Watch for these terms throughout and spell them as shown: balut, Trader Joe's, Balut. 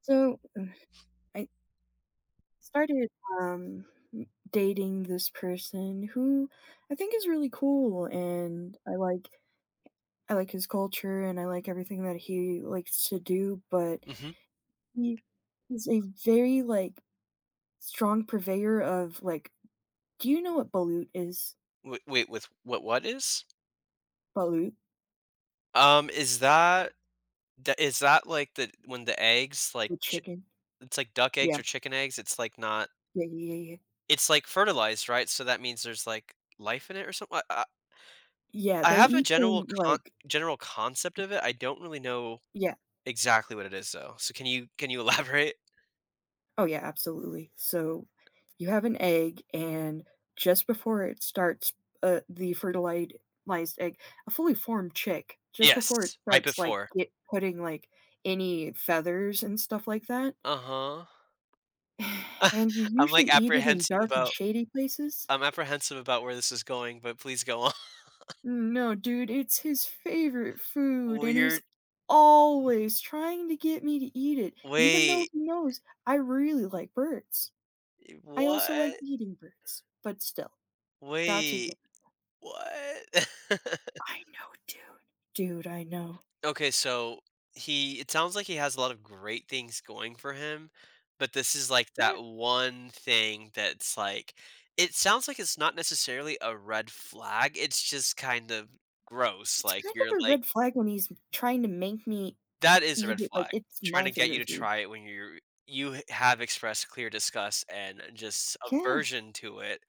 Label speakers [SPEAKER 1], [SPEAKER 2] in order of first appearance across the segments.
[SPEAKER 1] So uh, I started um dating this person who I think is really cool and I like his culture and I like everything that he likes to do, but
[SPEAKER 2] hmm
[SPEAKER 1] he is a very like strong purveyor of like do you know what balut is?
[SPEAKER 2] Wait, wait, with what? What is?
[SPEAKER 1] Balut?
[SPEAKER 2] Is that is that like the when the eggs like
[SPEAKER 1] The chicken?
[SPEAKER 2] it's like duck eggs
[SPEAKER 1] Yeah.
[SPEAKER 2] or chicken eggs? It's like not.
[SPEAKER 1] Yeah, yeah, yeah. Yeah,
[SPEAKER 2] It's like fertilized, right? So that means there's like life in it or something. I, I
[SPEAKER 1] yeah,
[SPEAKER 2] I
[SPEAKER 1] they
[SPEAKER 2] have a
[SPEAKER 1] eat
[SPEAKER 2] general
[SPEAKER 1] them like
[SPEAKER 2] general concept of it. I don't really know
[SPEAKER 1] yeah,
[SPEAKER 2] exactly what it is though. So can you elaborate?
[SPEAKER 1] oh, yeah, absolutely. So you have an egg, and just before it starts, the fertilized egg, a fully formed chick, just before it
[SPEAKER 2] Yes, right
[SPEAKER 1] starts, like,
[SPEAKER 2] before.
[SPEAKER 1] get putting, like, any feathers and stuff like that,
[SPEAKER 2] Uh huh.
[SPEAKER 1] and you
[SPEAKER 2] I'm like
[SPEAKER 1] usually eat it in
[SPEAKER 2] apprehensive
[SPEAKER 1] dark and
[SPEAKER 2] about.
[SPEAKER 1] shady places.
[SPEAKER 2] I'm apprehensive about where this is going, but please go on.
[SPEAKER 1] No, dude, it's his favorite food,
[SPEAKER 2] Well,
[SPEAKER 1] and he's
[SPEAKER 2] you're
[SPEAKER 1] always trying to get me to eat it, even though
[SPEAKER 2] wait.
[SPEAKER 1] he knows I really like birds. I also like
[SPEAKER 2] What?
[SPEAKER 1] eating birds, but still. That's a d
[SPEAKER 2] Wait, what?
[SPEAKER 1] I know, dude. Dude, I know.
[SPEAKER 2] Okay, so he it sounds like he has a lot of great things going for him, but this is like
[SPEAKER 1] Yeah,
[SPEAKER 2] that one thing that's like it sounds like it's not necessarily a red flag, it's just kind of gross.
[SPEAKER 1] it's
[SPEAKER 2] Like
[SPEAKER 1] kind
[SPEAKER 2] you're
[SPEAKER 1] of a
[SPEAKER 2] like
[SPEAKER 1] red flag when he's trying to make me
[SPEAKER 2] that is a
[SPEAKER 1] eat
[SPEAKER 2] red
[SPEAKER 1] it like
[SPEAKER 2] flag,
[SPEAKER 1] it's
[SPEAKER 2] trying
[SPEAKER 1] my
[SPEAKER 2] to get you to
[SPEAKER 1] favorite food.
[SPEAKER 2] try it when you have expressed clear disgust and just
[SPEAKER 1] Yeah.
[SPEAKER 2] aversion to it,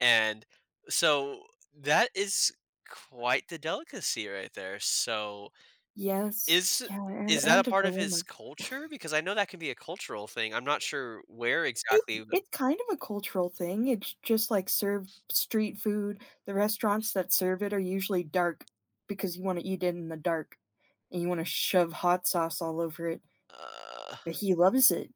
[SPEAKER 2] and so that is quite the delicacy right there, so
[SPEAKER 1] Yes.
[SPEAKER 2] is
[SPEAKER 1] Yeah, and
[SPEAKER 2] is that a
[SPEAKER 1] and a
[SPEAKER 2] part of his
[SPEAKER 1] dilemma.
[SPEAKER 2] culture? Because I know that can be a cultural thing, I'm not sure where
[SPEAKER 1] It's
[SPEAKER 2] exactly
[SPEAKER 1] it's kind of a cultural thing, it's just, like, served street food, the restaurants that serve it are usually dark because you wanna eat it in the dark, and you wanna shove hot sauce all over it,
[SPEAKER 2] uh,
[SPEAKER 1] but he loves it.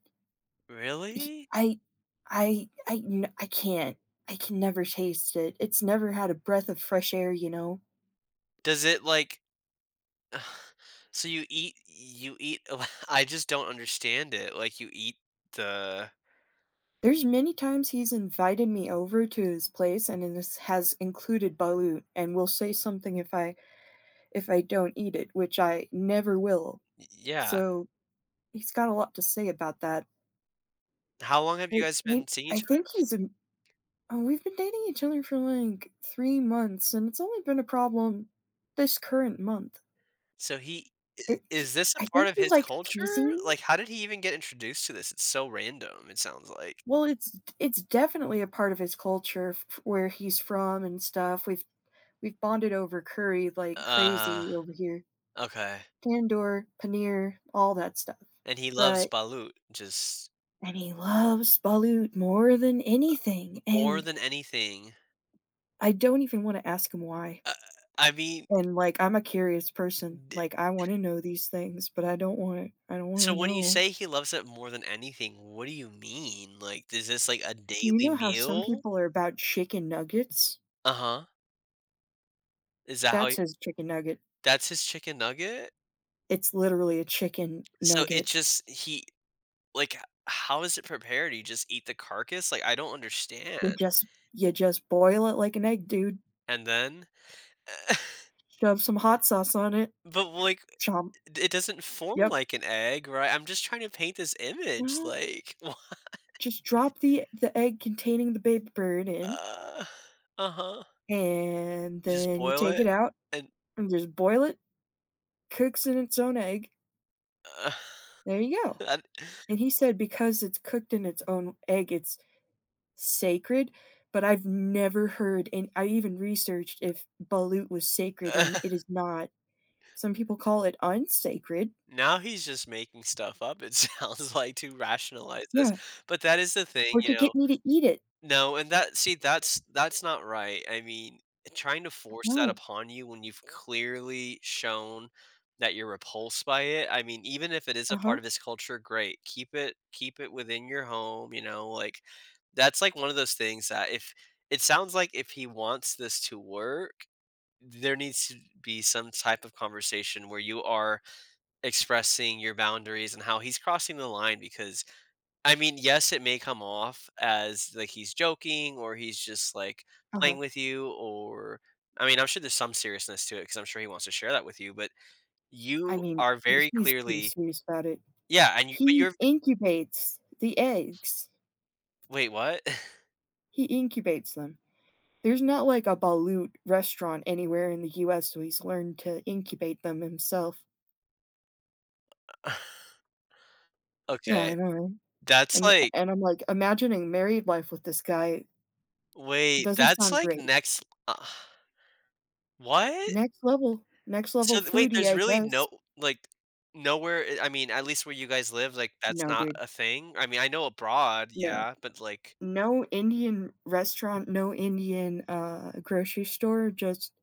[SPEAKER 1] he-
[SPEAKER 2] really?
[SPEAKER 1] I, I can't. I can never taste it. It's never had a breath of fresh air.
[SPEAKER 2] Does it, like so you eat I just don't understand it, like, you eat the
[SPEAKER 1] There's many times he's invited me over to his place, and in this has included balut, and will say something if I don't eat it, which I never will.
[SPEAKER 2] yeah.
[SPEAKER 1] So he's got a lot to say about that.
[SPEAKER 2] How long have you guys been seeing
[SPEAKER 1] I
[SPEAKER 2] each other?
[SPEAKER 1] think he's a. Oh, we've been dating each other for like 3 months, and it's only been a problem this current month.
[SPEAKER 2] So he I
[SPEAKER 1] It, he,
[SPEAKER 2] is this a
[SPEAKER 1] I
[SPEAKER 2] part
[SPEAKER 1] think
[SPEAKER 2] of
[SPEAKER 1] he
[SPEAKER 2] his
[SPEAKER 1] likes
[SPEAKER 2] culture?
[SPEAKER 1] teasing
[SPEAKER 2] Like,
[SPEAKER 1] me.
[SPEAKER 2] how did he even get introduced to this? It's so random, it sounds like.
[SPEAKER 1] Well, it's definitely a part of his culture f where he's from and stuff. We've bonded over curry like
[SPEAKER 2] Uh,
[SPEAKER 1] crazy over here.
[SPEAKER 2] okay.
[SPEAKER 1] Tandoor, paneer, all that stuff.
[SPEAKER 2] And he loves
[SPEAKER 1] But
[SPEAKER 2] Balut just
[SPEAKER 1] and he loves balut more than anything,
[SPEAKER 2] more
[SPEAKER 1] and
[SPEAKER 2] than anything.
[SPEAKER 1] I don't even wanna ask him why.
[SPEAKER 2] Uh, I mean,
[SPEAKER 1] And, like, I'm a curious person.
[SPEAKER 2] d
[SPEAKER 1] Like, I wanna know these things, but I don't
[SPEAKER 2] so
[SPEAKER 1] wanna
[SPEAKER 2] when you
[SPEAKER 1] know.
[SPEAKER 2] say he loves it more than anything, what do you mean? Like, is this like a
[SPEAKER 1] So, you
[SPEAKER 2] daily
[SPEAKER 1] know how some
[SPEAKER 2] meal?
[SPEAKER 1] people are about chicken nuggets?
[SPEAKER 2] Uh-huh. Is that how
[SPEAKER 1] That's
[SPEAKER 2] he
[SPEAKER 1] his chicken nugget.
[SPEAKER 2] that's his chicken nugget?
[SPEAKER 1] It's literally a chicken
[SPEAKER 2] So it
[SPEAKER 1] nugget.
[SPEAKER 2] just he like, h how is it prepared? You just eat the carcass? Like, I don't understand.
[SPEAKER 1] You just you just boil it like an egg, dude.
[SPEAKER 2] And then
[SPEAKER 1] Shove some hot sauce on it.
[SPEAKER 2] but, like,
[SPEAKER 1] Chomp.
[SPEAKER 2] it doesn't form
[SPEAKER 1] Yep.
[SPEAKER 2] like an egg, right? I'm just trying to paint this image,
[SPEAKER 1] No,
[SPEAKER 2] like,
[SPEAKER 1] just drop the egg containing the baby bird in,
[SPEAKER 2] huh.
[SPEAKER 1] and
[SPEAKER 2] You just
[SPEAKER 1] then you
[SPEAKER 2] boil
[SPEAKER 1] take
[SPEAKER 2] it
[SPEAKER 1] it out
[SPEAKER 2] and
[SPEAKER 1] and just boil it. Cooks in its own egg.
[SPEAKER 2] uh,
[SPEAKER 1] There you go.
[SPEAKER 2] and
[SPEAKER 1] And he said because it's cooked in its own egg, it's sacred. But I've never heard, and I even researched if balut was sacred, and it is not. Some people call it unsacred.
[SPEAKER 2] now he's just making stuff up, it sounds like, to rationalize this.
[SPEAKER 1] Yeah,
[SPEAKER 2] But that is the thing,
[SPEAKER 1] or
[SPEAKER 2] you
[SPEAKER 1] to
[SPEAKER 2] know,
[SPEAKER 1] get me to eat it.
[SPEAKER 2] no, and that see, that's not right. I mean, trying to force that
[SPEAKER 1] No.
[SPEAKER 2] upon you when you've clearly shown that you're repulsed by it. I mean, even if it is a
[SPEAKER 1] Uh
[SPEAKER 2] part
[SPEAKER 1] huh.
[SPEAKER 2] of his culture, great. Keep it within your home, you know, like that's like one of those things that if it sounds like if he wants this to work, there needs to be some type of conversation where you are expressing your boundaries and how he's crossing the line because I mean, yes, it may come off as like he's joking or he's just like
[SPEAKER 1] Uh-huh.
[SPEAKER 2] playing with you or I mean, I'm sure there's some seriousness to it because I'm sure he wants to share that with you, but
[SPEAKER 1] I
[SPEAKER 2] you
[SPEAKER 1] mean,
[SPEAKER 2] are
[SPEAKER 1] eh,
[SPEAKER 2] very
[SPEAKER 1] he's pretty
[SPEAKER 2] clearly
[SPEAKER 1] serious about it.
[SPEAKER 2] yeah, and you but
[SPEAKER 1] He
[SPEAKER 2] you're
[SPEAKER 1] incubates the eggs.
[SPEAKER 2] wait, what?
[SPEAKER 1] He incubates them. There's not like a balut restaurant anywhere in the US, so he's learned to incubate them himself. Yeah,
[SPEAKER 2] Okay.
[SPEAKER 1] I know, right?
[SPEAKER 2] That's like
[SPEAKER 1] And I'm like, imagining married life with this guy
[SPEAKER 2] wait,
[SPEAKER 1] doesn't
[SPEAKER 2] that's
[SPEAKER 1] sound
[SPEAKER 2] like
[SPEAKER 1] great.
[SPEAKER 2] next what?
[SPEAKER 1] Next
[SPEAKER 2] So
[SPEAKER 1] level
[SPEAKER 2] th wait,
[SPEAKER 1] foodie,
[SPEAKER 2] there's
[SPEAKER 1] I
[SPEAKER 2] really
[SPEAKER 1] guess.
[SPEAKER 2] no like nowhere I mean, at least where you guys live, like that's
[SPEAKER 1] No,
[SPEAKER 2] not
[SPEAKER 1] dude.
[SPEAKER 2] a thing? I mean, I know abroad,
[SPEAKER 1] No.
[SPEAKER 2] yeah, but like
[SPEAKER 1] No Indian restaurant, no Indian, grocery store, just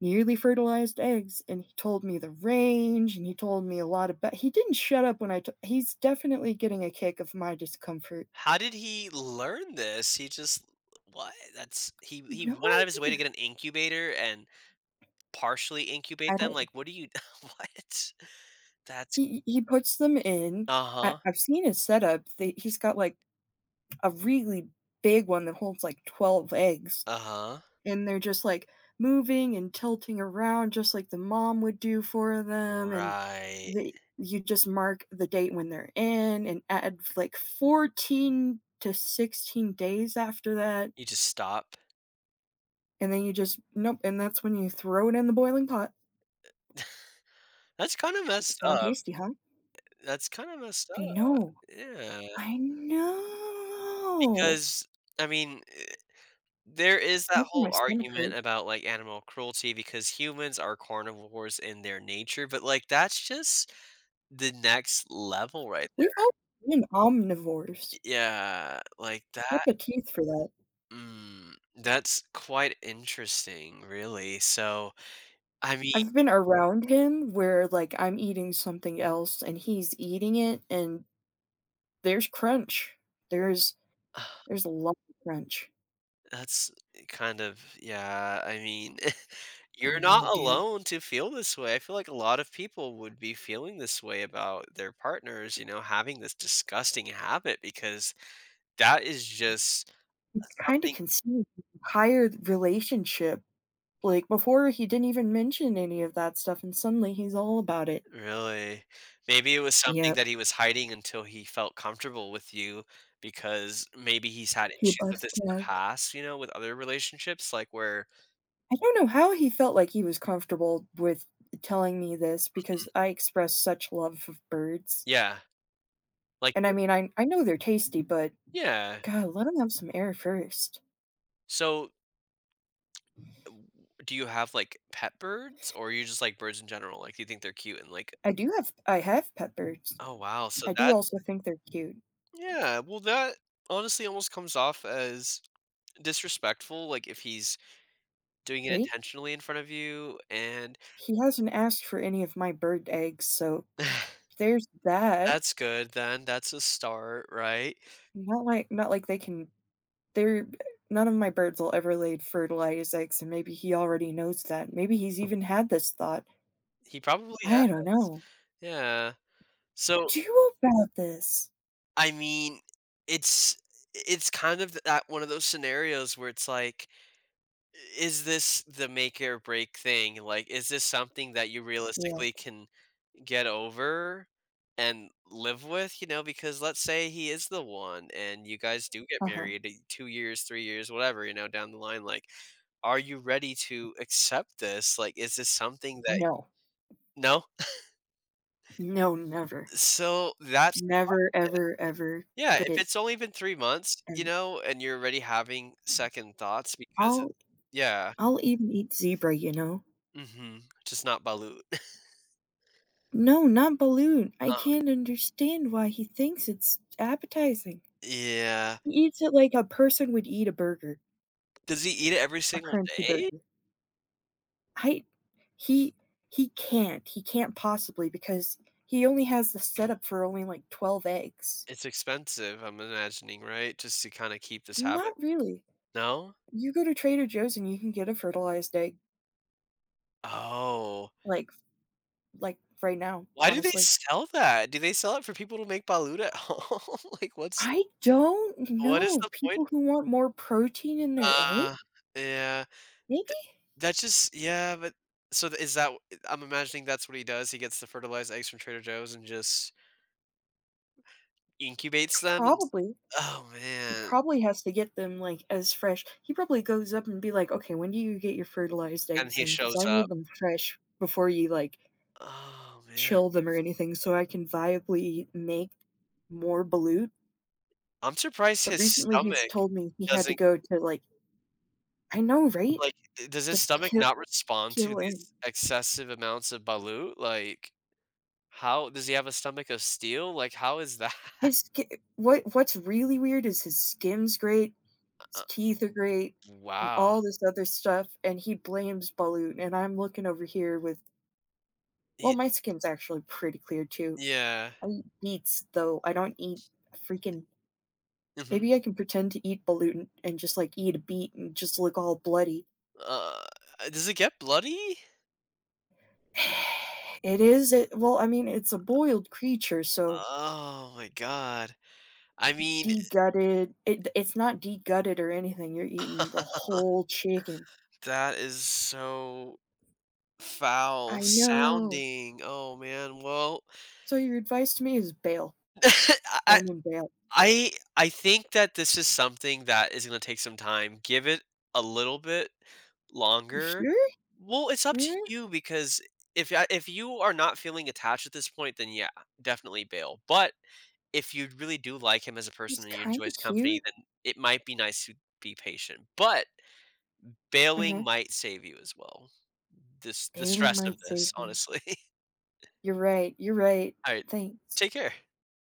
[SPEAKER 1] nearly fertilized eggs and he told me the range and he told me a lot about he didn't shut up when I t he's definitely getting a kick of my discomfort.
[SPEAKER 2] how did he learn this? He just what? That's he
[SPEAKER 1] No
[SPEAKER 2] went out of his way to
[SPEAKER 1] idea.
[SPEAKER 2] get an incubator and partially incubate
[SPEAKER 1] I
[SPEAKER 2] them?
[SPEAKER 1] don't
[SPEAKER 2] Like, what do you what? That's
[SPEAKER 1] he puts them in.
[SPEAKER 2] uh-huh.
[SPEAKER 1] I've seen his setup. They he's got, like, a really big one that holds, like, 12 eggs.
[SPEAKER 2] Uh-huh.
[SPEAKER 1] And they're just like moving and tilting around just like the mom would do for them and
[SPEAKER 2] Right.
[SPEAKER 1] the you just mark the date when they're in and add like 14 to 16 days after that
[SPEAKER 2] You just stop.
[SPEAKER 1] and then you just nope and that's when you throw it in the boiling pot.
[SPEAKER 2] That's kinda
[SPEAKER 1] It's
[SPEAKER 2] messed
[SPEAKER 1] not
[SPEAKER 2] up.
[SPEAKER 1] tasty, huh?
[SPEAKER 2] That's kinda messed
[SPEAKER 1] I
[SPEAKER 2] up.
[SPEAKER 1] know.
[SPEAKER 2] Yeah,
[SPEAKER 1] I know.
[SPEAKER 2] because I mean, there is
[SPEAKER 1] It's
[SPEAKER 2] that
[SPEAKER 1] making my
[SPEAKER 2] whole
[SPEAKER 1] stomach
[SPEAKER 2] argument
[SPEAKER 1] hurt.
[SPEAKER 2] about, like, animal cruelty because humans are carnivores in their nature, but, like, that's just the next level right.
[SPEAKER 1] We've all been omnivores,
[SPEAKER 2] Yeah, like
[SPEAKER 1] got
[SPEAKER 2] that
[SPEAKER 1] the teeth for that.
[SPEAKER 2] mm, that's quite interesting, really. So, I mean,
[SPEAKER 1] I've been around him where, like, I'm eating something else and he's eating it, and there's crunch. There's there's a lot of crunch.
[SPEAKER 2] that's kind of yeah, I mean, you're not
[SPEAKER 1] No, dude.
[SPEAKER 2] alone to feel this way. I feel like a lot of people would be feeling this way about their partners, you know, having this disgusting habit because that is just
[SPEAKER 1] It's kinda
[SPEAKER 2] something.
[SPEAKER 1] conceived the entire relationship. Like, before, he didn't even mention any of that stuff, and suddenly he's all about it.
[SPEAKER 2] Really? Maybe it was something
[SPEAKER 1] Yep.
[SPEAKER 2] that he was hiding until he felt comfortable with you because maybe he's had
[SPEAKER 1] He
[SPEAKER 2] issues with
[SPEAKER 1] bust
[SPEAKER 2] this in the
[SPEAKER 1] out.
[SPEAKER 2] past, you know, with other relationships, like where
[SPEAKER 1] I don't know how he felt like he was comfortable with telling me this because
[SPEAKER 2] mhm.
[SPEAKER 1] I express such love of birds.
[SPEAKER 2] Yeah, like
[SPEAKER 1] And, I
[SPEAKER 2] you
[SPEAKER 1] mean, I know they're tasty, but
[SPEAKER 2] yeah.
[SPEAKER 1] God, let 'em have some air first.
[SPEAKER 2] So, w do you have, like, pet birds or you just like birds in general? Like, do you think they're cute and like
[SPEAKER 1] I have pet birds.
[SPEAKER 2] oh, wow, so
[SPEAKER 1] I do
[SPEAKER 2] that
[SPEAKER 1] also think they're cute,
[SPEAKER 2] yeah, well, that honestly almost comes off as disrespectful, like, if he's doing it
[SPEAKER 1] right?
[SPEAKER 2] intentionally in front of you and
[SPEAKER 1] He hasn't asked for any of my bird eggs, so there's that.
[SPEAKER 2] that's good then, that's a start, right?
[SPEAKER 1] Not like they're none of my birds will ever lay fertilized eggs, and maybe he already knows that. Maybe he's even had this thought.
[SPEAKER 2] He probably
[SPEAKER 1] I don't
[SPEAKER 2] has.
[SPEAKER 1] know.
[SPEAKER 2] Yeah. So,
[SPEAKER 1] Do about this.
[SPEAKER 2] I mean, it's it's kind of that one of those scenarios where it's like, is this the make or break thing? Like, is this something that you
[SPEAKER 1] Yeah,
[SPEAKER 2] realistically can get over and live with, you know? Because let's say he is the one and you guys do get
[SPEAKER 1] uh-huh.
[SPEAKER 2] married in 2 years, 3 years, whatever, you know, down the line, like, are you ready to accept this? Like, is this something that
[SPEAKER 1] No.
[SPEAKER 2] no?
[SPEAKER 1] No, never.
[SPEAKER 2] So that's the
[SPEAKER 1] Never,
[SPEAKER 2] question.
[SPEAKER 1] ever, ever.
[SPEAKER 2] Yeah, if
[SPEAKER 1] Good.
[SPEAKER 2] it's only been 3 months, you
[SPEAKER 1] And
[SPEAKER 2] know, and you're already having second thoughts because
[SPEAKER 1] I'll
[SPEAKER 2] yeah.
[SPEAKER 1] I'll even eat zebra, you know?
[SPEAKER 2] Mhm. Just not balut.
[SPEAKER 1] No, not balloon. I
[SPEAKER 2] Uh,
[SPEAKER 1] can't understand why he thinks it's appetizing.
[SPEAKER 2] yeah.
[SPEAKER 1] He eats it like a person would eat a burger,
[SPEAKER 2] Does he eat it every
[SPEAKER 1] a
[SPEAKER 2] single
[SPEAKER 1] crunchy
[SPEAKER 2] day?
[SPEAKER 1] burger. I he he can't. He can't possibly because he only has the setup for only like 12 eggs.
[SPEAKER 2] It's expensive, I'm imagining, right? Just to kinda keep this habit.
[SPEAKER 1] Not really.
[SPEAKER 2] No?
[SPEAKER 1] You go to Trader Joe's and you can get a fertilized egg
[SPEAKER 2] Oh.
[SPEAKER 1] like like right now,
[SPEAKER 2] Why do they
[SPEAKER 1] honestly.
[SPEAKER 2] sell that? Do they sell it for people to make balut at home? Like, what's
[SPEAKER 1] I don't
[SPEAKER 2] what is
[SPEAKER 1] know.
[SPEAKER 2] the point?
[SPEAKER 1] People who want more protein in their egg?
[SPEAKER 2] Uh, yeah. Th
[SPEAKER 1] Maybe
[SPEAKER 2] That's just yeah, but so is that I'm imagining that's what he does, he gets the fertilized eggs from Trader Joe's and just incubates them and
[SPEAKER 1] probably.
[SPEAKER 2] oh,
[SPEAKER 1] He
[SPEAKER 2] man,
[SPEAKER 1] probably has to get them, like, as fresh. He probably goes up and be like, "Okay, when do you get your fertilized
[SPEAKER 2] and
[SPEAKER 1] eggs
[SPEAKER 2] he
[SPEAKER 1] in? Because
[SPEAKER 2] shows
[SPEAKER 1] I
[SPEAKER 2] up.
[SPEAKER 1] need them fresh before you, like,
[SPEAKER 2] Oh, man.
[SPEAKER 1] chill them or anything so I can viably make more balut."
[SPEAKER 2] I'm surprised
[SPEAKER 1] But
[SPEAKER 2] his
[SPEAKER 1] recently, he's
[SPEAKER 2] stomach
[SPEAKER 1] told me he had to
[SPEAKER 2] doesn't
[SPEAKER 1] go to, like, I know, right?
[SPEAKER 2] like, does his
[SPEAKER 1] Just
[SPEAKER 2] stomach
[SPEAKER 1] kill,
[SPEAKER 2] not respond to
[SPEAKER 1] kill in.
[SPEAKER 2] these excessive amounts of balut? Like, how does he have a stomach of steel? Like, how is that?
[SPEAKER 1] His what what's really weird is his skin's great, his
[SPEAKER 2] Uh,
[SPEAKER 1] teeth are great, and
[SPEAKER 2] wow.
[SPEAKER 1] all this other stuff, and he blames balut, and I'm looking over here with well,
[SPEAKER 2] He
[SPEAKER 1] my skin's actually pretty clear too.
[SPEAKER 2] yeah.
[SPEAKER 1] I eat beets, though I don't eat freaking
[SPEAKER 2] Mhm.
[SPEAKER 1] maybe I can pretend to eat balut and just like eat a beet and just look all bloody.
[SPEAKER 2] Uh, does it get bloody?
[SPEAKER 1] It is it well, I mean it's a boiled creature, so
[SPEAKER 2] Oh my god. I mean,
[SPEAKER 1] degutted it it's not degutted or anything. You're eating the whole chicken.
[SPEAKER 2] that is so foul
[SPEAKER 1] I know.
[SPEAKER 2] sounding. Oh man. Well,
[SPEAKER 1] So your advice to me is bail.
[SPEAKER 2] I
[SPEAKER 1] Roman bail.
[SPEAKER 2] I think that this is something that is going to take some time. Give it a little bit
[SPEAKER 1] You
[SPEAKER 2] longer.
[SPEAKER 1] sure?
[SPEAKER 2] Well, it's up to
[SPEAKER 1] Yeah.
[SPEAKER 2] you because if you are not feeling attached at this point, then yeah, definitely bail. But if you really do like him as a person
[SPEAKER 1] He's
[SPEAKER 2] and you enjoy
[SPEAKER 1] kinda
[SPEAKER 2] his company,
[SPEAKER 1] cute.
[SPEAKER 2] then it might be nice to be patient. But bailing
[SPEAKER 1] Uh-huh.
[SPEAKER 2] might save you as well. This the
[SPEAKER 1] Bailing
[SPEAKER 2] stress of
[SPEAKER 1] might
[SPEAKER 2] this,
[SPEAKER 1] save me.
[SPEAKER 2] honestly.
[SPEAKER 1] You're right, you're right.
[SPEAKER 2] Alright,
[SPEAKER 1] Thanks.
[SPEAKER 2] take care.